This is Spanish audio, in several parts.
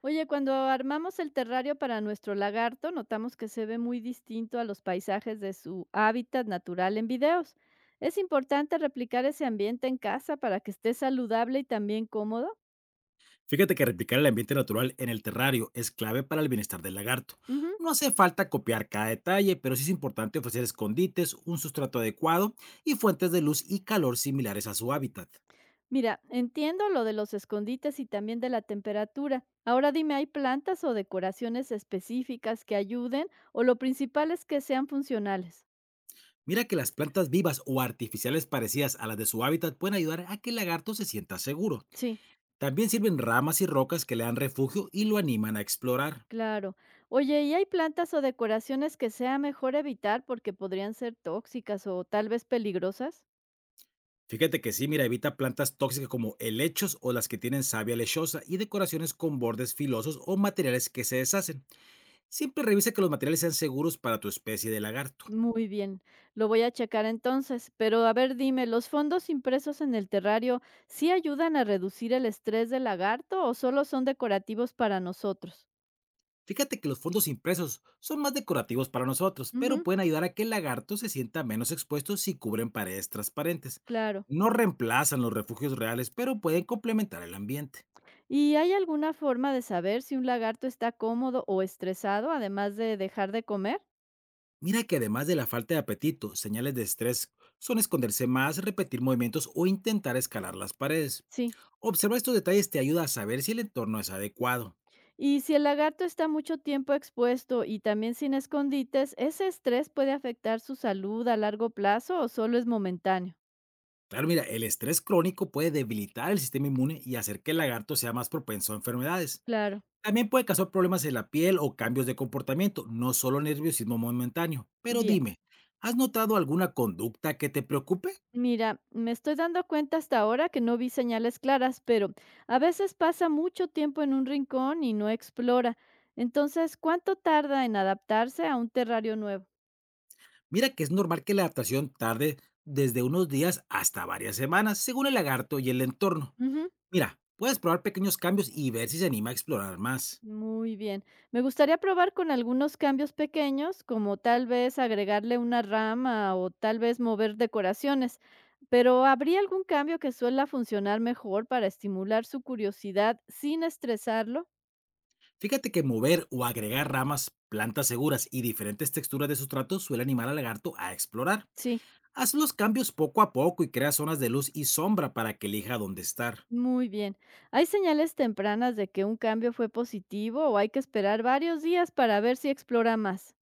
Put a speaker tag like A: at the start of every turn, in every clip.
A: Oye, cuando armamos el terrario para nuestro lagarto, notamos que se ve muy distinto a los paisajes de su hábitat natural en videos. ¿Es importante replicar ese ambiente en casa para que esté saludable y también cómodo?
B: Fíjate que replicar el ambiente natural en el terrario es clave para el bienestar del lagarto.
A: Ujú.
B: No hace falta copiar cada detalle, pero sí es importante ofrecer escondites, un sustrato adecuado y fuentes de luz y calor similares a su hábitat.
A: Mira, entiendo lo de los escondites y también de la temperatura. Ahora dime, ¿hay plantas o decoraciones específicas que ayuden o lo principal es que sean funcionales?
B: Mira que las plantas vivas o artificiales parecidas a las de su hábitat pueden ayudar a que el lagarto se sienta seguro.
A: Sí.
B: También sirven ramas y rocas que le dan refugio y lo animan a explorar.
A: Claro. Oye, ¿y hay plantas o decoraciones que sea mejor evitar porque podrían ser tóxicas o tal vez peligrosas?
B: Fíjate que sí, mira, evita plantas tóxicas como helechos o las que tienen savia lechosa y decoraciones con bordes filosos o materiales que se deshacen. Siempre revisa que los materiales sean seguros para tu especie de lagarto.
A: Muy bien, lo voy a checar entonces. Pero a ver, dime, ¿los fondos impresos en el terrario sí ayudan a reducir el estrés del lagarto o solo son decorativos para nosotros?
B: Fíjate que los fondos impresos son más decorativos para nosotros, pero
A: Ujú,
B: pueden ayudar a que el lagarto se sienta menos expuesto si cubren paredes transparentes.
A: claro.
B: No reemplazan los refugios reales, pero pueden complementar el ambiente.
A: ¿Y hay alguna forma de saber si un lagarto está cómodo o estresado, además de dejar de comer?
B: Mira que además de la falta de apetito, señales de estrés son esconderse más, repetir movimientos o intentar escalar las paredes.
A: Sí.
B: Observa estos detalles te ayuda a saber si el entorno es adecuado.
A: Y si el lagarto está mucho tiempo expuesto y también sin escondites, ¿ese estrés puede afectar su salud a largo plazo o solo es momentáneo?
B: Claro, mira, el estrés crónico puede debilitar el sistema inmune y hacer que el lagarto sea más propenso a enfermedades.
A: Claro,
B: También puede causar problemas en la piel o cambios de comportamiento, no solo nerviosismo momentáneo. Pero
A: bien.
B: dime, ¿has notado alguna conducta que te preocupe?
A: Mira, me estoy dando cuenta hasta ahora que no vi señales claras, pero a veces pasa mucho tiempo en un rincón y no explora. Entonces, ¿cuánto tarda en adaptarse a un terrario nuevo?
B: Mira que es normal que la adaptación tarde desde unos días hasta varias semanas, según el lagarto y el entorno.
A: Ujú.
B: Mira, puedes probar pequeños cambios y ver si se anima a explorar más.
A: Muy bien. Me gustaría probar con algunos cambios pequeños, como tal vez agregarle una rama o tal vez mover decoraciones, pero ¿habría algún cambio que suela funcionar mejor para estimular su curiosidad sin estresarlo?
B: Fíjate que mover o agregar ramas, plantas seguras y diferentes texturas de sustrato suele animar al lagarto a explorar.
A: Sí,
B: Haz los cambios poco a poco y crea zonas de luz y sombra para que elija dónde estar.
A: muy bien. ¿Hay señales tempranas de que un cambio fue positivo o hay que esperar varios días para ver si explora más?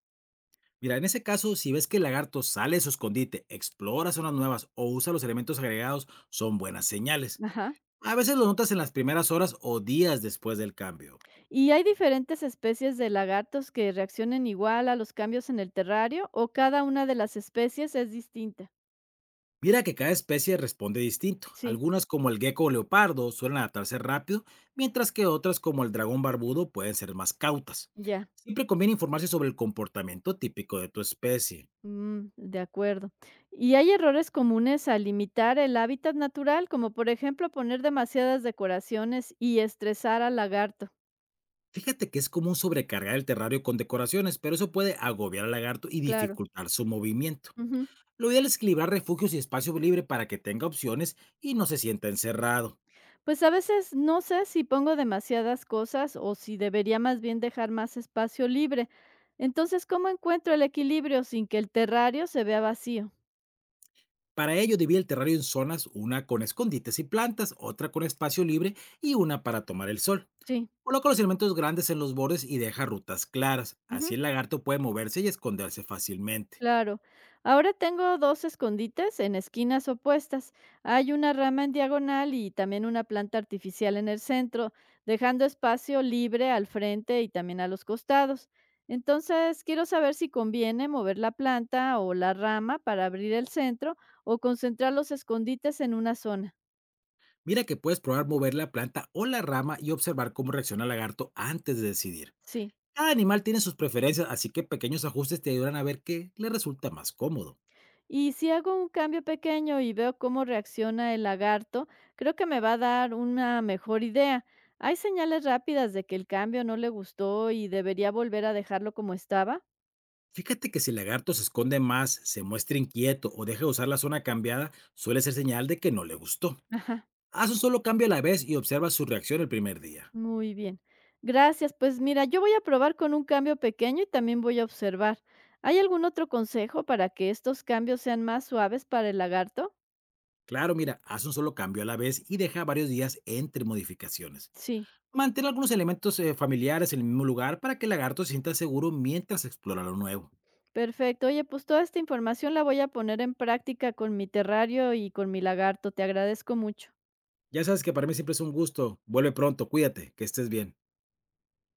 B: Mira, en ese caso, si ves que el lagarto sale de su escondite, explora zonas nuevas o usa los elementos agregados, son buenas señales.
A: Ajá.
B: A veces lo notas en las primeras horas o días después del cambio.
A: ¿Y hay diferentes especies de lagartos que reaccionen igual a los cambios en el terrario o cada una de las especies es distinta?
B: Mira que cada especie responde distinto.
A: Sí,
B: Algunas como el gecko o leopardo suelen adaptarse rápido, mientras que otras como el dragón barbudo pueden ser más cautas.
A: ya,
B: Siempre conviene informarse sobre el comportamiento típico de tu especie.
A: de acuerdo. ¿Y hay errores comunes al limitar el hábitat natural, como por ejemplo poner demasiadas decoraciones y estresar al lagarto?
B: Fíjate que es común sobrecargar el terrario con decoraciones, pero eso puede agobiar al lagarto y
A: Claro.
B: dificultar su movimiento.
A: Ujú.
B: Lo ideal es equilibrar refugios y espacio libre para que tenga opciones y no se sienta encerrado.
A: Pues a veces no sé si pongo demasiadas cosas o si debería más bien dejar más espacio libre. Entonces, ¿cómo encuentro el equilibrio sin que el terrario se vea vacío?
B: Para ello, divide el terrario en zonas, una con escondites y plantas, otra con espacio libre y una para tomar el sol.
A: Sí.
B: Coloca los elementos grandes en los bordes y deja rutas claras. Así
A: Ujú,
B: el lagarto puede moverse y esconderse fácilmente.
A: claro. Ahora tengo dos escondites en esquinas opuestas. Hay una rama en diagonal y también una planta artificial en el centro, dejando espacio libre al frente y también a los costados. Entonces, quiero saber si conviene mover la planta o la rama para abrir el centro o concentrar los escondites en una zona.
B: Mira que puedes probar mover la planta o la rama y observar cómo reacciona el lagarto antes de decidir.
A: Sí.
B: Cada animal tiene sus preferencias, así que pequeños ajustes te ayudan a ver qué le resulta más cómodo.
A: Y si hago un cambio pequeño y veo cómo reacciona el lagarto, creo que me va a dar una mejor idea. ¿Hay señales rápidas de que el cambio no le gustó y debería volver a dejarlo como estaba?
B: Fíjate que si el lagarto se esconde más, se muestra inquieto o deja de usar la zona cambiada, suele ser señal de que no le gustó.
A: Ajá,
B: Haz un solo cambio a la vez y observa su reacción el primer día.
A: muy bien. Gracias, pues mira, yo voy a probar con un cambio pequeño y también voy a observar. ¿Hay algún otro consejo para que estos cambios sean más suaves para el lagarto?
B: Claro, mira, haz un solo cambio a la vez y deja varios días entre modificaciones.
A: Sí,
B: Mantén algunos elementos familiares en el mismo lugar para que el lagarto se sienta seguro mientras explora lo nuevo.
A: perfecto. Oye, pues toda esta información la voy a poner en práctica con mi terrario y con mi lagarto. Te agradezco mucho.
B: Ya sabes que para mí siempre es un gusto. Vuelve pronto, cuídate, que estés bien.